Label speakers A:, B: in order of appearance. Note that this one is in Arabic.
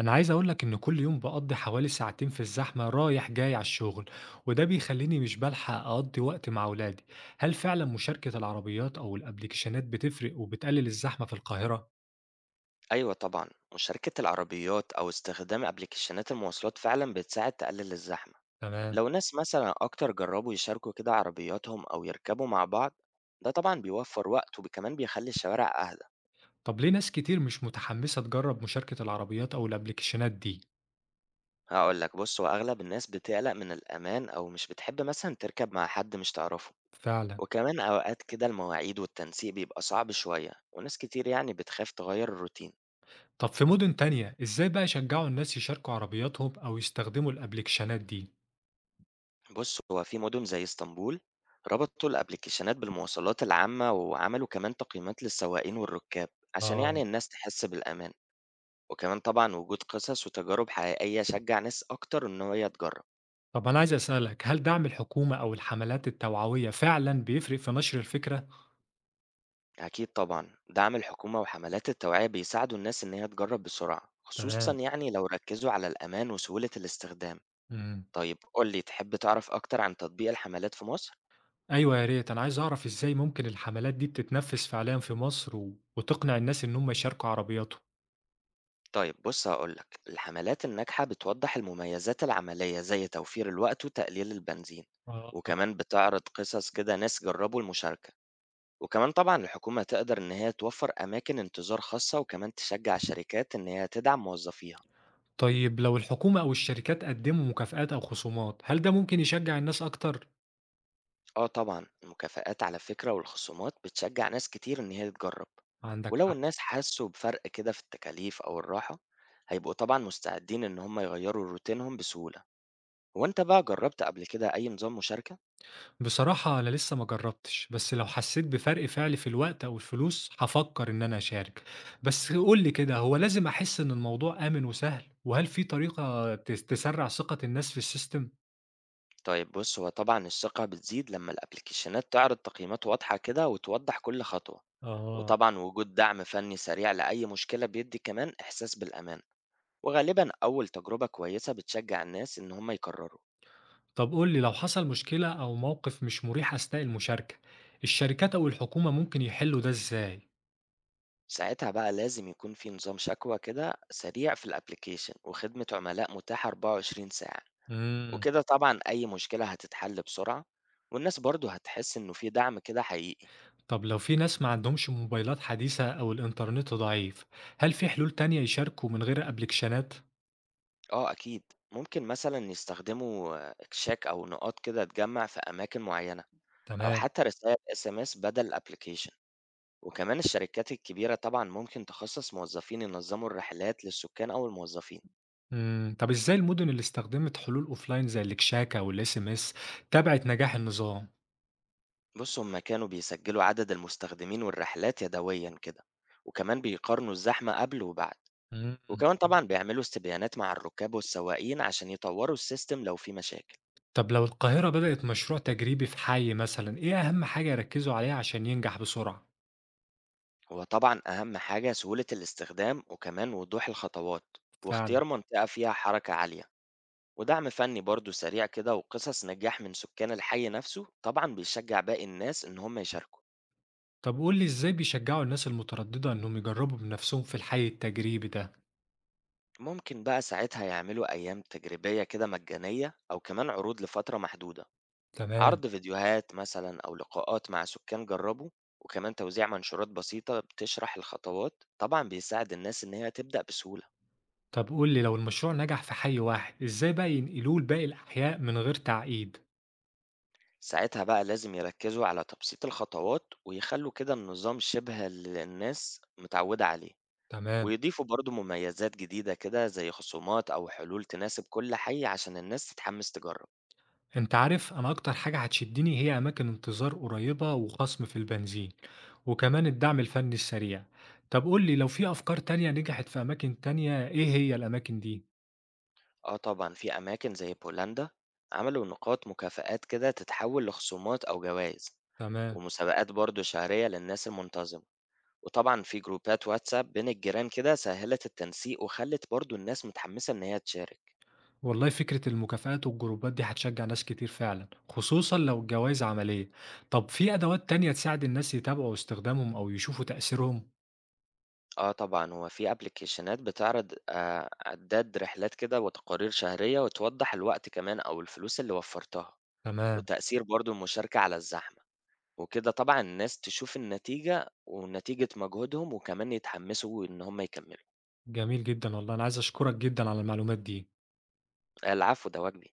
A: أنا عايز أقولك إن كل يوم بقضي حوالي ساعتين في الزحمة رايح جاي على الشغل وده بيخليني مش بلحق أقضي وقت مع أولادي، هل فعلا مشاركة العربيات أو الأبليكيشنات بتفرق وبتقلل الزحمة في القاهرة؟
B: أيوة طبعًا، مشاركة العربيات أو استخدام أبليكيشنات المواصلات فعلًا بتساعد تقلل الزحمة،
A: تمام.
B: لو ناس مثلًا أكتر جربوا يشاركوا كده عربياتهم أو يركبوا مع بعض، ده طبعًا بيوفر وقت وكمان بيخلي الشوارع أهدى،
A: طب ليه ناس كتير مش متحمسة تجرب مشاركة العربيات أو الأبليكيشنات دي؟
B: هاقول لك بُص هو أغلب الناس بتقلق من الأمان أو مش بتحب مثلًا تركب مع حد مش تعرفه،
A: فعلا.
B: وكمان أوقات كده المواعيد والتنسيق بيبقى صعب شوية، وناس كتير يعني بتخاف تغير الروتين.
A: طب في مدن تانية إزاي بقى يشجعوا الناس يشاركوا عربياتهم أو يستخدموا الأبليكيشنات دي؟
B: بُص، هو في مدن زي إسطنبول ربطوا الأبليكيشنات بالمواصلات العامة، وعملوا كمان تقييمات للسواقين والركاب، عشان
A: آه.
B: يعني الناس تحس بالأمان، وكمان طبعًا وجود قصص وتجارب حقيقية شجع ناس أكتر إن هي تجرب.
A: طب أنا عايز أسألك هل دعم الحكومة أو الحملات التوعوية فعلا بيفرق في نشر الفكرة؟
B: أكيد طبعًا دعم الحكومة وحملات التوعية بيساعدوا الناس إن هي تجرب بسرعة، خصوصًا
A: تمام.
B: يعني لو ركزوا على الأمان وسهولة الاستخدام.
A: مم.
B: طيب قُل لي تحب تعرف أكتر عن تطبيق الحملات في مصر؟
A: أيوه يا ريت، أنا عايز أعرف إزاي ممكن الحملات دي بتتنفّذ فعليًا في مصر و وتقنع الناس إن هم يشاركوا عربياتهم؟
B: طيب بُص هاقول لك، الحملات الناجحة بتوضّح المميزات العملية زي توفير الوقت وتقليل البنزين،
A: آه.
B: وكمان بتعرض قصص كده ناس جرّبوا المشاركة، وكمان طبعًا الحكومة تقدر إن هي توفّر أماكن انتظار خاصة وكمان تشجّع الشركات إن هي تدعم موظفيها.
A: طيب لو الحكومة أو الشركات قدّموا مكافآت أو خصومات، هل ده ممكن يشجّع الناس أكتر؟
B: آه طبعًا، المكافآت على فكرة والخصومات بتشجّع ناس كتير إن هي تجرّب،
A: عندك
B: ولو
A: حق.
B: الناس حسّوا بفرق كده في التكاليف أو الراحة، هيبقوا طبعًا مستعدين إن هم يغيّروا روتينهم بسهولة. هو أنت بقى جرّبت قبل كده أي نظام مشاركة؟
A: بصراحة أنا لسه ما جرّبتش، بس لو حسّيت بفرق فعلي في الوقت أو الفلوس هافكّر إن أنا أشارك، بس قُل لي كده هو لازم أحس إن الموضوع آمن وسهل؟ وهل في طريقة تسرّع ثقة الناس في السيستم؟
B: طيب بص هو طبعا الثقة بتزيد لما الابليكيشنات تعرض تقييمات واضحة كده وتوضح كل خطوة،
A: آه.
B: وطبعا وجود دعم فني سريع لأي مشكلة بيدي كمان إحساس بالأمان، وغالبا أول تجربة كويسة بتشجع الناس إن هم يكرروا.
A: طب قُل لي لو حصل مشكلة أو موقف مش مريح أثناء المشاركة، الشركات أو الحكومة ممكن يحلّوا ده إزاي؟
B: ساعتها بقى لازم يكون في نظام شكوى كده سريع في الابليكيشن وخدمة عملاء متاحة 24 ساعة،
A: إمم.
B: وكده طبعا أي مشكلة هتتحل بسرعة، والناس برضو هتحس إنه في دعم كده حقيقي.
A: طب لو في ناس ما عندهمش موبايلات حديثة أو الإنترنت ضعيف، هل في حلول تانية يشاركوا من غير أبليكيشنات؟
B: آه أكيد، ممكن مثلا يستخدموا كشاك أو نقاط كده تجمع في أماكن معينة، أو
A: تمام.
B: حتى رسائل اس ام اس بدل الابليكيشن، وكمان الشركات الكبيرة طبعا ممكن تخصص موظفين ينظموا الرحلات للسكان أو الموظفين.
A: إمم. طب إزاي المدن اللي استخدمت حلول أوفلاين زي الكشاكة والSMS تابعت نجاح النظام؟
B: بص هما كانوا بيسجلوا عدد المستخدمين والرحلات يدويا كده، وكمان بيقارنوا الزحمة قبل وبعد،
A: إمم.
B: وكمان طبعا بيعملوا استبيانات مع الركاب والسواقين عشان يطوروا السيستم لو في مشاكل.
A: طب لو القاهرة بدأت مشروع تجريبي في حي مثلًا، إيه أهم حاجة يركزوا عليها عشان ينجح بسرعة؟
B: هو طبعًا أهم حاجة سهولة الاستخدام، وكمان وضوح الخطوات،
A: فعلًا.
B: واختيار منطقة فيها حركة عالية، ودعم فني برضه سريع كده وقصص نجاح من سكان الحي نفسه طبعًا بيشجع باقي الناس إن هم يشاركوا.
A: طب قُل لي إزاي بيشجّعوا الناس المترددة إنهم يجرّبوا بنَفْسهم في الحي التجريبي ده؟
B: ممكن بقى ساعتها يعملوا أيام تجريبية كده مجانية أو كمان عروض لفترة محدودة،
A: تمام.
B: عرض فيديوهات مثلًا أو لقاءات مع سكان جربوا، وكمان توزيع منشورات بسيطة بتشرح الخطوات، طبعًا بيساعد الناس إن هي تبدأ بسهولة.
A: طب قُل لي لو المشروع نجح في حي واحد، إزاي بقى ينقلوه لباقي الأحياء من غير تعقيد؟
B: ساعتها بقى لازم يركزوا على تبسيط الخطوات ويخلوا كده النظام شبه اللي الناس متعودة عليه،
A: تمام.
B: ويضيفوا برضو مميزات جديدة كده زي خصومات أو حلول تناسب كل حي عشان الناس تتحمس تجرب.
A: أنت عارف أنا أكتر حاجة هتشدّني هي أماكن انتظار قريّبة وخصم في البنزين، وكمان الدعم الفني السريع. طب قُل لي لو في أفكار تانية نجحت في أماكن تانية، إيه هي الأماكن دي؟
B: آه طبعا في أماكن زي بولندا عملوا نقاط مكافآت كده تتحول لخصومات أو جوائز،
A: تمام.
B: ومسابقات برضو شهرية للناس المنتظمة، وطبعا في جروبات واتساب بين الجيران كده سهلت التنسيق وخلت برضو الناس متحمسة إن هي تشارك.
A: والله فكرة المكافآت والجروبات دي هتشجع ناس كتير فعلا خصوصا لو الجوائز عملية. طب في أدوات تانية تساعد الناس يتابعوا استخدامهم أو يشوفوا تأثيرهم؟
B: آه طبعًا، هو في أبلكيشنات بتعرض عداد رحلات كده وتقارير شهرية، وتوضح الوقت كمان أو الفلوس اللي وفّرتها،
A: تمام.
B: وتأثير برضه المشاركة على الزحمة، وكده طبعًا الناس تشوف النتيجة ونتيجة مجهودهم، وكمان يتحمسوا إن هم يكمّلوا.
A: جميل جدا والله أنا عايز أشكرك جدا على المعلومات دي
B: العفو، ده واجبي.